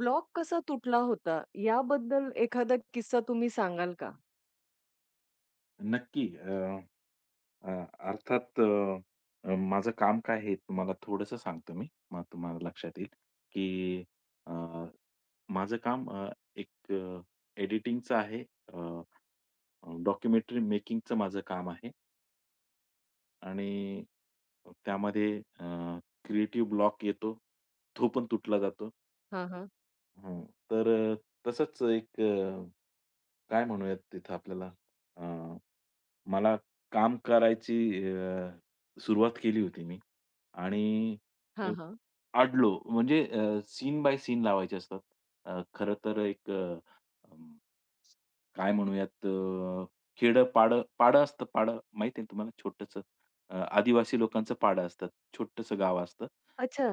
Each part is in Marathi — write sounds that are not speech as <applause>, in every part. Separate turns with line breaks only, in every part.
ब्लॉक कसा तुटला होता? याबद्दल एखादा किस्सा तुम्ही सांगाल का?
नक्की. अ, अ, अर्थात अ, अ, माझं काम काय आहे तुम्हाला थोडंसं सांगतो मी. मग तुम्हाला लक्षात येईल, की अ, माझं काम एक एडिटिंगचं आहे. अ, अ, डॉक्युमेंटरी मेकिंगचं माझं काम आहे आणि त्यामध्ये क्रिएटिव्ह ब्लॉक येतो, तो पण तुटला जातो.
हां, हां.
हं. तर तसंच एक काय म्हणूयात तिथं आपल्याला अ, मला काम करायची अ, सुरुवात केली होती मी आणि अ,
हां, हां.
अडलो. म्हणजे सीन बाय सीन लावायचे असतात. खरं तर एक अं, काय म्हणूयात खेडं-पाडं पाडं पाडं असतं पाडं माहिती आहे तुम्हाला? छोटंसं आदिवासी लोकांचं पाडं असतं. छोटंसं गाव असतं.
अच्छा.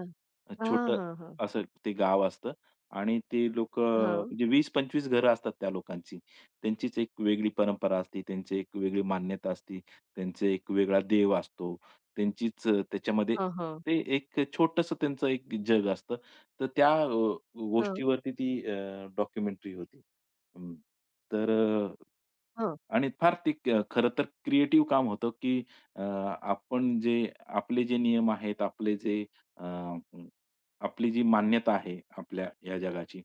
हां,
छोटं
हां, हां.
असं ते गाव असतं आणि ते लोकं
हां.
म्हणजे 20-25 घरं असतात त्या लोकांची. त्यांचीच एक वेगळी परंपरा असते, त्यांची एक वेगळी मान्यता असते, त्यांचा एक वेगळा देव असतो. त्यांचीच त्याच्यामध्ये
हां, हां.
ते एक छोटंसं त्यांचं एक जग असतं. तर त्या
हां,
गोष्टीवरती ती डॉक्युमेंटरी होती. हं. तर
हां.
आणि फार ते क खरं तर क्रिएटिव्ह काम होतं, की आपण जे आपले जे नियम आहेत, आपले जे आपली जी मान्यता आहे आपल्या या जगाची,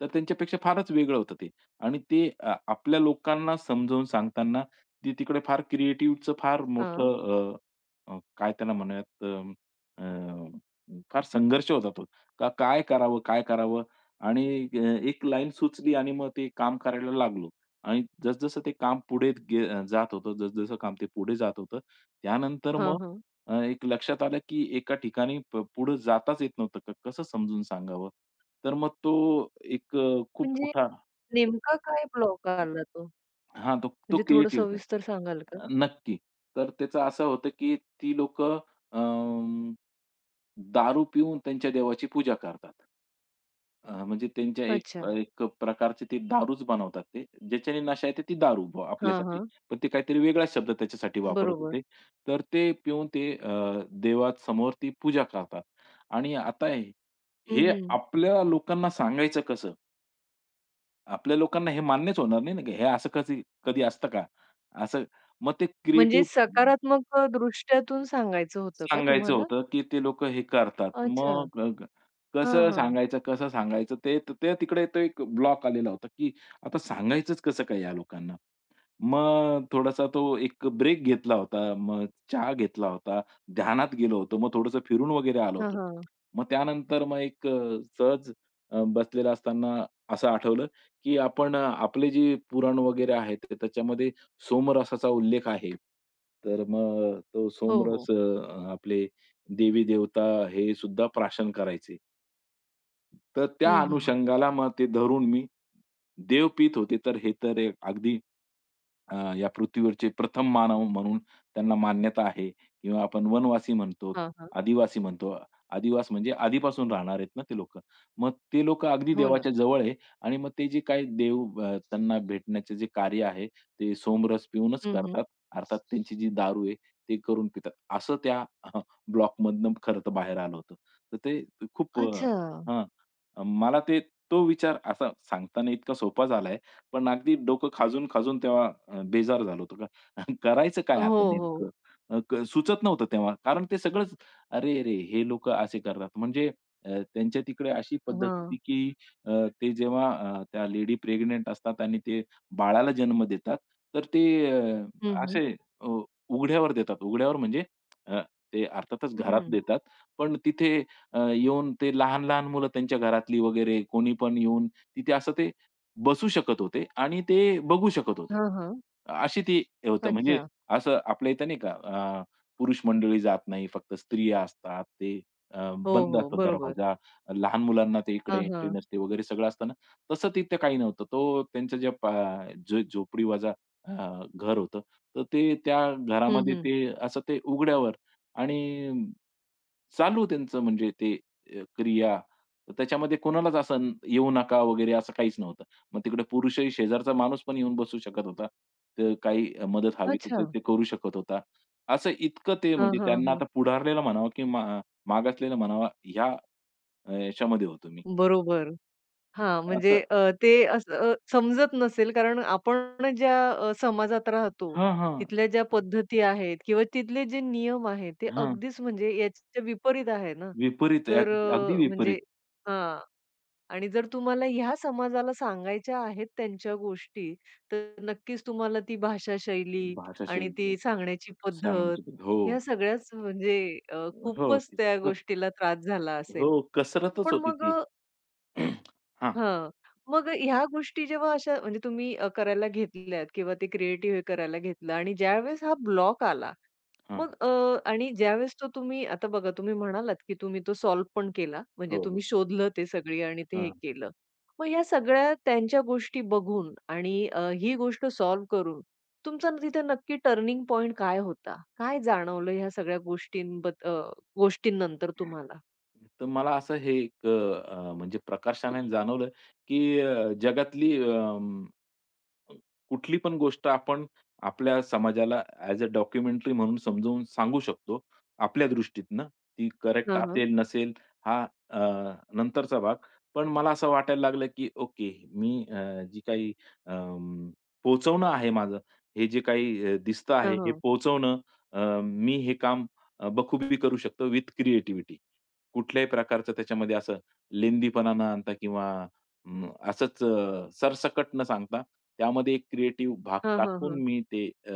तर त्यांच्यापेक्षा फारच वेगळं होतं ते आणि ते आपल्या लोकांना समजावून सांगताना ते तिकडे फार क्रिएटिव्हचं फार
हां.
मोठं अ, अ, काय त्याला म्हणूयात अ, अ, फार संघर्ष होता तो. का काय करावं, काय करावं? आणि अ, एक लाईन सुचली आणि मग ते काम करायला लागलो आणि जसं ते काम पुढे गे जात होतं, जसं काम ते पुढे जात होतं, त्यानंतर मग
हां, हां.
एक लक्षात आलं की एका ठिकाणी प पुढे जाताच येत नव्हतं. क- कसं समजून सांगावं? तर मग तो एक खूप
म्हणजे
मोठा
नेमका काय ब्लॉक आला तो?
हां, तो तो
म्हणजे थोडं
क्रिएटिव्हचा.
सविस्तर सांगाल का?
नक्की. तर त्याचं असं होतं, की ती लोक दारू पिऊन त्यांच्या देवाची पूजा करतात. म्हणजे त्यांच्या एक
अच्छा.
एक प्रकारची ती दारूच बनवतात ते. ज्याच्याने नशा येते ती दारू ब
हां,
आपल्यासाठी.
हां.
पण ते काहीतरी वेगळा शब्द त्याच्यासाठी वापरत
बरोबर.
होते. तर ते पिऊन ते देवासमोर ती पूजा करतात आणि आता हे
हं,
हे
हं.
आपल्या लोकांना सांगायचं कसं? आपल्या लोकांना हे मान्यच होणार नाही ना, की हे असं कधी कधी असतं का? असं मग ते
म्हणजे
क्रिएटिव्ह
सकारात्मक दृष्ट्यातून सांगायचं होतं का
सांगायचं
तुम्हाला?
होतं, की ते लोकं हे करतात.
अच्छा.
मग ग
हां,
कसं
हां.
सांगायचं, कसं सांगायचं ते ते तिकडे तो एक ब्लॉक आलेला होता, की आता सांगायचंच कसं काय या लोकांना? मग थोडासा तो एक ब्रेक घेतला होता. मग चहा घेतला होता. ध्यानात गेलो होतो. मग थोडंसं फिरून वगैरे आलो
हां,
होतो.
हां.
मग त्यानंतर मग एक सहज बसलेला असताना असं आठवलं, की आपण आपले जे पुराण वगैरे आहे, तर त्याच्यामध्ये सोमरसाचा उल्लेख आहे. तर मग तो
हो,
सोमरस
हो.
आपले देवी-देवता हे सुद्धा प्राशन करायचे. तर त्या
हं, हं.
अनुषंगाला मग ते धरून मी देव पीत होते, तर हे तर एक अगदी या पृथ्वीवरचे प्रथम मानव म्हणून त्यांना मान्यता आहे किंवा आपण वनवासी म्हणतो,
हां, हां.
आदिवासी म्हणतो. आदिवास म्हणजे आधीपासून राहणार आहेत ना ते लोक मग ते लोक अगदी
हो ना.
देवाच्या जवळ आहे आणि मग ते जे काही देव त्यांना भेटण्याचे जे कार्य आहे, ते सोमरस पिऊनच
हं, हं.
करतात. अर्थात त्यांची जी दारू आहे, ते करून पितात. असं त्या ब्लॉकमधनं खरं तर बाहेर आलं होतं. तर ते खूप
अच्छा.
हां. मला ते तो विचार असा सांगताना इतका सोपा झालाय, पण अगदी डोकं खाजून-खाजून तेव्हा बेजार झालो होतो. का <laughs> करायचं काय
हो,
आता नेमकं?
हो.
क सुचत नव्हतं तेव्हा. कारण ते सगळंच अरे-अरे, हे लोकं असे करतात. म्हणजे त्यांच्या तिकडे अशी पद्धत होती,
हां.
की ते जेव्हा त्या लेडी प्रेग्नंट असतात आणि ते बाळाला जन्म देतात, तर ते अ,
हं, हं.
असे अ, उघड्यावर देतात. उघड्यावर म्हणजे अ, ते अर्थातच
हं,
घरात
हं.
देतात, पण तिथे येऊन ते लहान-लहान मुलं त्यांच्या घरातली वगैरे कोणी पण येऊन तिथे असं ते बसू शकत होते आणि ते बघू शकत होते.
हां, हां.
अशी ती हे होतं म्हणजे
अच्छा.
असं आपल्या इथं नाही का पुरुष मंडळी जात नाही, फक्त स्त्रिया असतात. ते
हो,
बंद
हो.
असतो
बरोबर.
दरवाजा. लहान मुलांना ते इकडे
हां,
एंट्री
हां.
नसते वगैरे सगळं असतं ना, तसं तिथे काही नव्हतं. तो त्यांचं जे प झो झोपडीवाजा अ, घर होतं. तर ते त्या
हं,
घरामध्ये
हं.
ते असं ते उघड्यावर आणि चालू त्यांचं म्हणजे ते क्रिया. त्याच्यामध्ये कोणालाच असं येऊ नका वगैरे असं काहीच नव्हतं. मग तिकडे पुरुषही शेजारचा माणूस पण येऊन बसू शकत होता. तर काही मदत हवी तर
अच्छा.
ते ते करू शकत होता. असं इतकं ते
हां,
म्हणजे
हां,
त्यांना
हां.
आता पुढारलेलं म्हणावं की मा मागासलेलं म्हणावा ह्या याच्यामध्ये होतो मी.
बरोबर. हां, म्हणजे
असं
ते असं समजत नसेल कारण आपण ज्या समाजात राहतो,
हां, हां.
तिथल्या ज्या पद्धती आहेत किंवा तिथले जे नियम आहेत, ते
हां.
अगदीच म्हणजे याच्या विपरीत आहे ना.
विपरीत आहे.
तर
अगदी अगदी
म्हणजे
विपरीत
हां. आणि जर तुम्हाला ह्या समाजाला सांगायच्या आहेत त्यांच्या गोष्टी, तर नक्कीच तुम्हाला ती भाषा शैली आणि
भाषाशैली
ती सांगण्याची पद्धत,
सांगण्याची. हो.
ह्या सगळ्याच म्हणजे
हो.
खूपच
ती-
त्या गोष्टीला त्रास झाला
हो.
असेल.
कसरतच
पण
होती
मग
ती. <clears throat> हां.
हां. मग ह्या गोष्टी जेव्हा अशा म्हणजे तुम्ही करायला घेतल्यात किंवा ते क्रिएटिव्ह हे करायला घेतलं आणि ज्यावेळेस हा ब्लॉक आला,
हां.
मग आणि ज्यावेळेस तो तुम्ही आता बघा तुम्ही म्हणालात, की तुम्ही तो सॉल्व्ह पण केला. म्हणजे
हो, हो.
तुम्ही शोधलं ते सगळी आणि ते हे
हां,
केलं. मग ह्या सगळ्या त्यांच्या गोष्टी बघून आणि ही गोष्ट सॉल्व्ह करून तिथे नक्की टर्निंग पॉइंट काय होता? काय जाणवलं ह्या सगळ्या गोष्टींनंतर तुम्हाला?
तर मला असं हे एक म्हणजे प्रकर्षाने जाणवलं, की जगातली कुठली पण गोष्ट आपण आपल्या समाजाला ॲज अ डॉक्युमेंटरी म्हणून समजावून सांगू शकतो. आपल्या दृष्टीतनं ती करेक्ट
हां, हां.
असेल, नसेल हा अ, नंतरचा भाग. पण मला असं वाटायला लागलं, की ओके मी जी काही अं, पोहोचवणं आहे माझं, हे जे काही दिसतं आहे,
हां,
हे
हां.
पोहोचवणं मी हे काम बखुबी करू शकतो विथ क्रिएटिव्हिटी. कुठल्याही प्रकारचं त्याच्यामध्ये असं लेंदीपणा न आणता किंवा असंच सरसकट न सांगता त्यामध्ये एक क्रिएटिव्ह भाग
हां, हां,
टाकून
हां.
मी ते अ,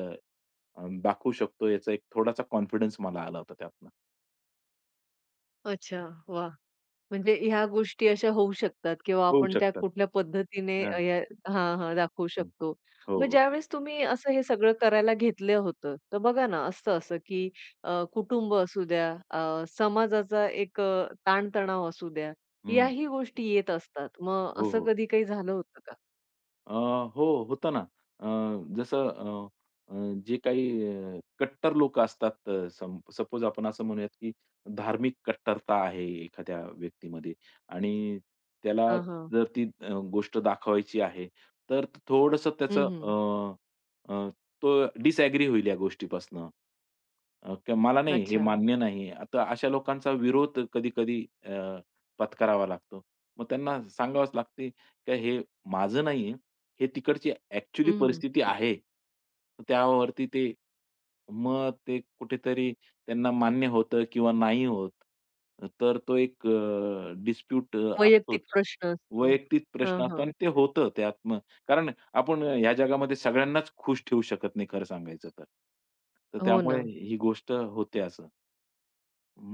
अ, दाखवू शकतो याचा एक थोडासा कॉन्फिडन्स मला आला होता त्यातनं.
अच्छा. वाह! म्हणजे ह्या गोष्टी अशा होऊ शकतात किंवा
होऊ
आपण त्या
शकतात.
कुठल्या पद्धतीने
हां.
या हां, हां, दाखवू
हं.
शकतो.
हो,
मग
हो.
ज्यावेळेस तुम्ही असं हे सगळं करायला घेतलं होतं, तर बघा ना असतं असं की कुटुंब असू द्या, समाजाचा एक ताणतणाव असू द्या,
हं.
याही गोष्टी येत असतात. मग
हो,
असं
हो.
कधी काही झालं होतं का?
अ, हो, होतं ना. अ, जसं अ, अ, जे काही कट्टर लोक असतात सपोज आपण असं म्हणूयात, की धार्मिक कट्टरता आहे एखाद्या व्यक्तीमध्ये आणि त्याला
हां, हां.
जर ती गोष्ट दाखवायची आहे, तर थोडंसं
हं,
त्याचं
हं.
अ, अ, तो डिसॲग्री होईल या गोष्टीपासनं. की मला नाही हे
अच्छा.
मान्य नाही. आता अशा लोकांचा विरोध कधी-कधी पत्करावा लागतो. मग त्यांना सांगावंच लागते, की हे माझं नाहीये. हे तिकडची ॲक्चुअली
हं,
परिस्थिती आहे. त्यावरती ते मग ते कुठेतरी त्यांना मान्य होतं किंवा नाही होत. तर तो एक डिस्प्यूट असतोच.
वैयक्तिक प्रश्न असतो.
वैयक्तिक
हां,
प्रश्न असतो
हां.
आणि ते होतं त्यात मग. कारण आपण ह्या जगामध्ये सगळ्यांनाच खुश ठेवू शकत नाही खरं सांगायचं तर. तर
हो
त्यामुळे
ना.
ही गोष्ट होते असं.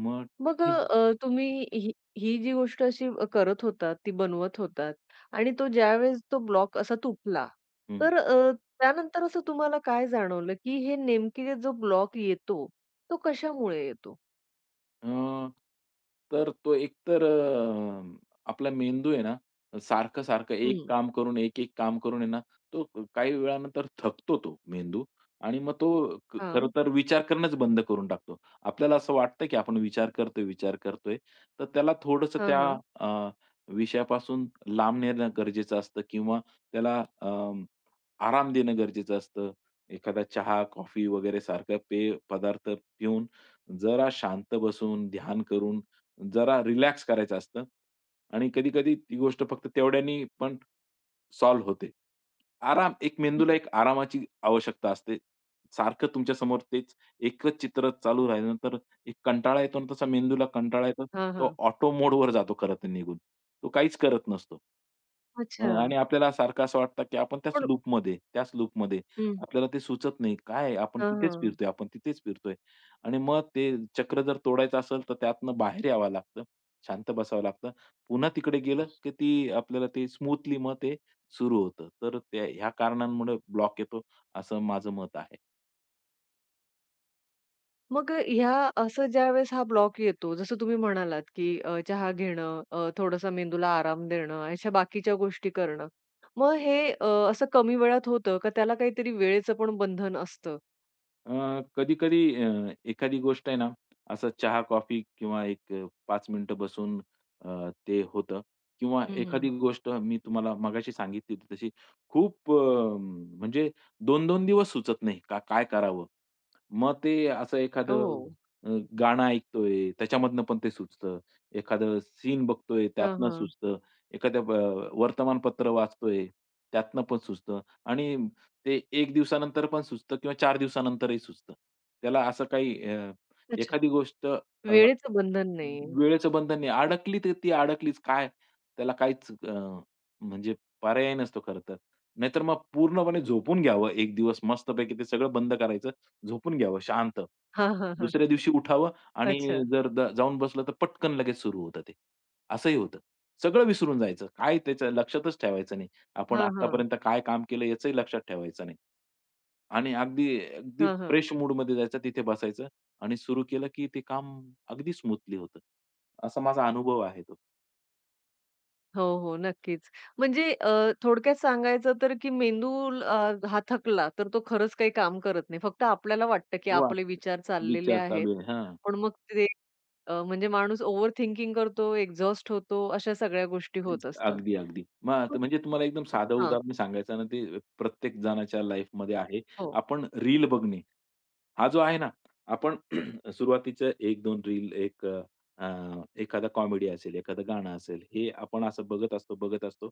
मग
मग
ठीक
तुम्ही ही ही जी गोष्ट अशी करत होतात, ती बनवत होतात आणि तो ज्यावेळेस तो ब्लॉक असा तुटला, तर त्यानंतर असं तुम्हाला काय जाणवलं, की हे नेमके जो ब्लॉक येतो, तो कशामुळे येतो?
अ, तर तो एकतर आपला मेंदू आहे ना, सारखं-सारखं एक
हं.
काम करून, एक-एक काम करून आहे ना, तो काही वेळानंतर थकतो तो मेंदू आणि मग तो ख खरं
हां.
तर विचार करणंच बंद करून टाकतो. आपल्याला असं वाटतं, की आपण विचार करतोय, विचार करतोय. तर त्याला थोडंसं
हां,
त्या
हां.
अ, विषयापासून लांब नेणं गरजेचं असतं किंवा त्याला आराम देणं गरजेचं असतं. एखादा चहा, कॉफी वगैरे सारखा पेय पदार्थ पिऊन जरा शांत बसून, ध्यान करून, जरा रिलॅक्स करायचं असतं आणि कधी-कधी ती गोष्ट फक्त तेवढ्यानी पण सॉल्व्ह होते. आराम एक
हं.
मेंदूला एक आरामाची आवश्यकता असते. सारखं तुमच्या समोर तेच एकच चित्र चालू राहिलं तर एक कंटाळा येतो ना, तसा मेंदूला कंटाळा येतो.
हां,
तो
हां.
ऑटो मोडवर जातो खरं तर निघून. तो काहीच करत नसतो.
अच्छा.
मग आणि आपल्याला सारखं असं वाटतं, की आपण त्याच
पण
लूपमध्ये, त्याच लूपमध्ये.
हं.
आपल्याला ते सुचत नाही. काय आपण
हां,
तिथेच
हां.
फिरतोय, आपण तिथेच फिरतोय. आणि मग ते चक्र जर तोडायचं असेल, तर त्यातनं बाहेर यावं लागतं. शांत बसावं लागतं. पुन्हा तिकडे गेलं, की ती आपल्याला ते स्मूथली मग ते सुरू होतं. तर त्या ह्या कारणांमुळे ब्लॉक येतो, असं माझं मत आहे.
मग ह्या असं ज्यावेळेस हा ब्लॉक येतो, जसं तुम्ही म्हणालात, की चहा घेणं, थोडासा मेंदूला आराम देणं, अशा बाकीच्या गोष्टी करणं. मग हे असं कमी वेळात होतं का त्याला काहीतरी वेळेचं पण बंधन असतं?
अ, कधी-कधी एखादी गोष्ट आहे ना, असं चहा-कॉफी किंवा एक 5 मिनिटं बसून ते होतं किंवा
हं,
एखादी
हं.
गोष्ट मी तुम्हाला मगाशी सांगितली होती तशी खूप म्हणजे 2-2 दिवस सुचत नाही का काय करावं? मग ते असं
हो.
एखादं अ, गाणं ऐकतोय, त्याच्यामधनं पण ते सुचतं. एखादं सीन बघतोय,
हां,
त्यातनं
हां.
सुचतं. एखादं ब वर्तमानपत्र वाचतोय, त्यातनं पण सुचतं आणि ते एक दिवसानंतर पण सुचतं किंवा चार दिवसानंतरही सुचतं. त्याला असं काही
अच्छा.
एखादी गोष्ट अ,
वेळेचं बंधन नाहीये.
वेळेचं बंधन नाही. अडकली तर ती अडकलीच. काय त्याला काहीच म्हणजे पर्याय नसतो खरं तर. नाहीतर मग पूर्णपणे झोपून घ्यावं एक दिवस मस्तपैकी ते सगळं बंद करायचं, झोपून घ्यावं शांत.
हां, हां, हां.
दुसऱ्या दिवशी उठावं आणि
अच्छा.
जर द जाऊन बसलं तर पटकन लगेच सुरू होतं ते. असंही होतं. सगळं विसरून जायचं. काय त्याच्या लक्षातच ठेवायचं नाही. आपण
हां, हां.
आत्तापर्यंत काय काम केलं याचंही लक्षात ठेवायचं नाही. आणि अगदी अगदी
हां, हां.
फ्रेश मूडमध्ये जायचं तिथे बसायचं. आणि सुरू केलं की ते काम अगदी स्मूथली होतं. असा माझा अनुभव आहे तो.
हो, हो. नक्कीच. म्हणजे थोडक्यात सांगायचं तर की मेंदू अ, हा थकला, तर तो खरंच काही काम करत नाही. फक्त आपल्याला वाटतं की
वाह!
आपले विचार चाललेले
विचार
आहेत.
चालू आहे. हां.
पण मग ते म्हणजे माणूस ओव्हर थिंकिंग करतो, एक्झॉस्ट होतो, अशा सगळ्या गोष्टी होत असतात.
अगदी, अगदी. मग आता म्हणजे तुम्हाला एकदम साधं
हां.
उदाहरण सांगायचं ना, ते प्रत्येक जणाच्या लाईफमध्ये आहे.
हो.
आपण रील बघणे. हा जो आहे ना, आपण <clears throat> सुरुवातीचं एक दोन रील, एक एखादा कॉमेडी असेल, एखादं गाणं असेल, हे आपण असं बघत असतो, बघत असतो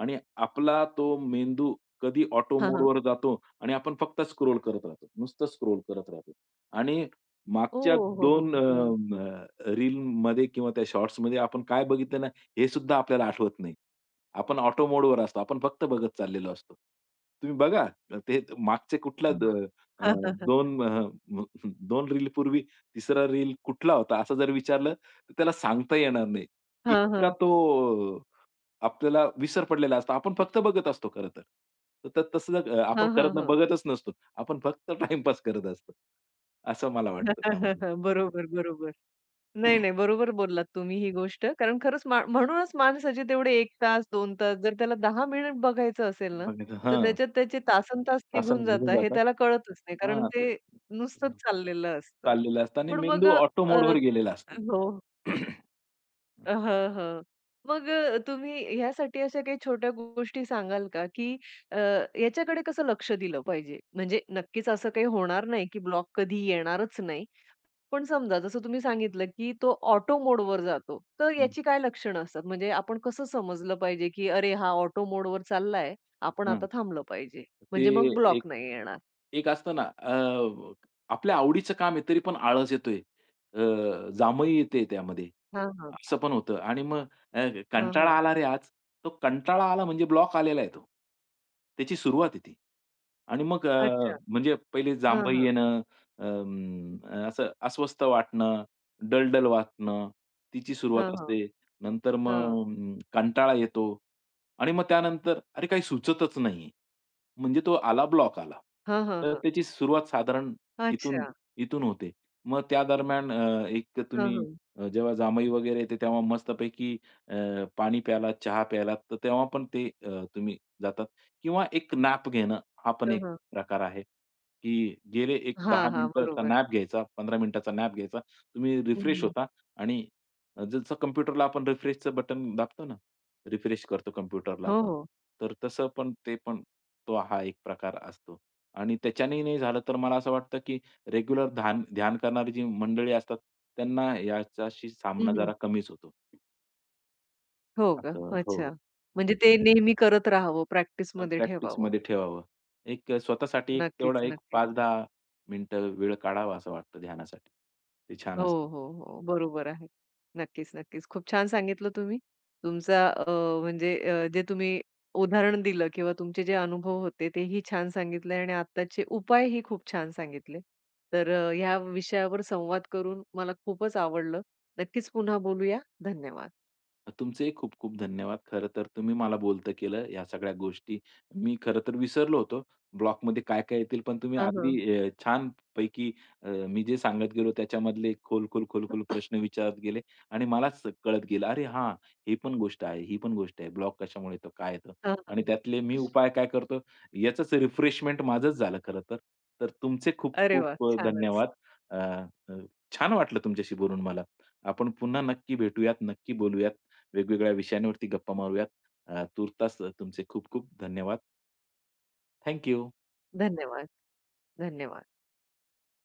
आणि आपला तो मेंदू कधी ऑटो
हां, हां.
मोडवर जातो आणि आपण फक्त स्क्रोल करत राहतो. नुसतं स्क्रोल करत राहतो आणि मागच्या
ओह! हो, हो.
2 अ,
हं.
अ, किंवा त्या शॉर्ट्समध्ये आपण काय बघितलं हे सुद्धा आपल्याला आठवत नाही. आपण ऑटो मोडवर असतो. आपण फक्त बघत चाललेलो असतो. तुम्ही बघा ते मागचे कुठला द अ,
हां, हां, हां.
2 2 रीलपूर्वी तिसरा रील कुठला होता असं जर विचारलं तर त्याला सांगता येणार नाही.
हां,
इतका
हां.
तो आपल्याला विसर पडलेला असतो. आपण फक्त बघत असतो खरं तर. तर त- तसं
हां,
आपण खरं
हां,
तर बघतच नसतो. आपण फक्त टाईमपास करत असतो. असं मला वाटतं
<laughs>
त्यामध्ये.
हां. बरोबर, बरोबर. नाही, नाही. बरोबर बोललात तुम्ही ही गोष्ट. कारण खरंच म्हणूनच माणसाचे तेवढे एक तास, दोन तास जर त्याला 10 मिनिट बघायचं असेल ना,
बघितलं
तर
हां,
त्याच्यात त्याचे तासनतास
तास
निघून
निघून
जातात हे
जातात.
त्याला कळतच नाही. कारण
हां. ते
ते नुसतंच चाललेलं असतं.
चाललेलं असतं आणि
पण मग
मेंदू ऑटो मोडवर गेलेला असतो.
हो.
<clears throat>
हं, हं. मग तुम्ही ह्यासाठी अशा काही छोट्या गोष्टी सांगाल का, की अ, याच्याकडे कसं लक्ष दिलं पाहिजे? म्हणजे नक्कीच असं काही होणार नाही, की ब्लॉक कधी येणारच नाही. पण समजा जसं तुम्ही सांगितलं, की तो ऑटो मोडवर जातो. तर
हं.
याची काय लक्षणं असतात? म्हणजे आपण कसं समजलं पाहिजे, की अरे हा ऑटो मोडवर चाललाय, आपण आता
हां.
थांबलं पाहिजे.
ते
म्हणजे मग ब्लॉक नाही येणार.
एक असतं ना आपल्या आवडीचं काम आहे तरी पण आळस येतोय. जांभई येते त्यामध्ये.
हां, हां.
असं पण होतं आणि मग
हां,
कंटाळा
हां.
आला रे आज. तो कंटाळा आला म्हणजे ब्लॉक आलेला आहे तो. त्याची सुरुवात आहे ती. आणि मग
अच्छा.
म्हणजे पहिले
हां,
जांभई
हां.
येणं, असं अस्वस्थ वाटणं, डल वाटणं, तिची सुरुवात
हां, हां.
असते. नंतर मग
हां.
कंटाळा येतो. आणि मग त्यानंतर अरे काही सुचतच नाहीये. म्हणजे तो आला ब्लॉक आला.
हां, हां,
तर
हां.
त्याची सुरुवात साधारण इथून
अच्छा.
इथून होते. मग त्या दरम्यान एक
हां,
तुम्ही
हां.
जेव्हा जांभई वगैरे येते तेव्हा मस्तपैकी अ, पाणी प्यायलात, चहा प्यायलात तर तेव्हा पण ते तुम्ही जातात किंवा एक नॅप घेणं हा पण
हां,
एक
हां.
प्रकार आहे, की गेले एक
हां,
10
हां.
मिनिटाचा
बरोबर.
नॅप घ्यायचा, 15 मिनिटाचा नॅप घ्यायचा. तुम्ही रिफ्रेश
हं,
होता आणि जसं कॉम्प्युटरला आपण रिफ्रेशचं बटन दाबतो ना, रिफ्रेश करतो कॉम्प्युटरला
हो,
आपण.
हो.
तर तसं पण ते पण तो हा एक प्रकार असतो. आणि त्याच्यानेही नाही झालं तर मला असं वाटतं, की रेग्युलर ध्यान ध्यान करणारी जी मंडळी असतात, त्यांना याच्याशी सामना
हं,
जरा कमीच होतो.
हो का?
असं हो, हो.
अच्छा. म्हणजे ते नेहमी करत राहावं, प्रॅक्टिसमध्ये ठेवावं.
प्रॅक्टिसमध्ये ठेवावं. एक स्वतःसाठी एक
नक्कीच,
तेवढा एक
नक्कीच.
5-10 मिनिटं वेळ काढावा असं वाटतं ध्यानासाठी. ते छान
हो,
असतं.
हो, हो. बरोबर आहे. नक्कीच, नक्कीच. खूप छान सांगितलं तुम्ही. तुमचा म्हणजे जे तुम्ही उदाहरण दिलं किंवा तुमचे जे अनुभव होते तेही छान सांगितले आणि आत्ताचे उपायही खूप छान सांगितले. तर ह्या विषयावर संवाद करून मला खूपच आवडलं. नक्कीच पुन्हा बोलूया. धन्यवाद.
तुमचेही खूप खूप धन्यवाद. खरं तर तुम्ही मला बोलतं केलं ह्या सगळ्या गोष्टी. मी खरं तर विसरलो होतो ब्लॉगमध्ये काय-काय येतील, पण तुम्ही
हां,
अगदी
हां.
छानपैकी मी जे सांगत गेलो त्याच्यामधले खोल-खोल, खोल-खोल प्रश्न विचारत गेले आणि मलाच कळत गेलं, "अरे हां, ही पण गोष्ट आहे, ही पण गोष्ट आहे. ब्लॉग कशामुळे येतो, काय येतं?"
हां,
आणि
हां.
त्यातले मी उपाय काय करतो याचंच रिफ्रेशमेंट माझंच झालं खरं तर. तर तुमचे खूप
अरे वाह!
खूप
छानच.
धन्यवाद. अ, अ, छान वाटलं तुमच्याशी बोलून मला. आपण पुन्हा नक्की भेटूयात, नक्की बोलूयात. वेगवेगळ्या विषयांवरती गप्पा मारूयात. तूर्तास तुमचे खूप खूप धन्यवाद. Thank you.
धन्यवाद, धन्यवाद.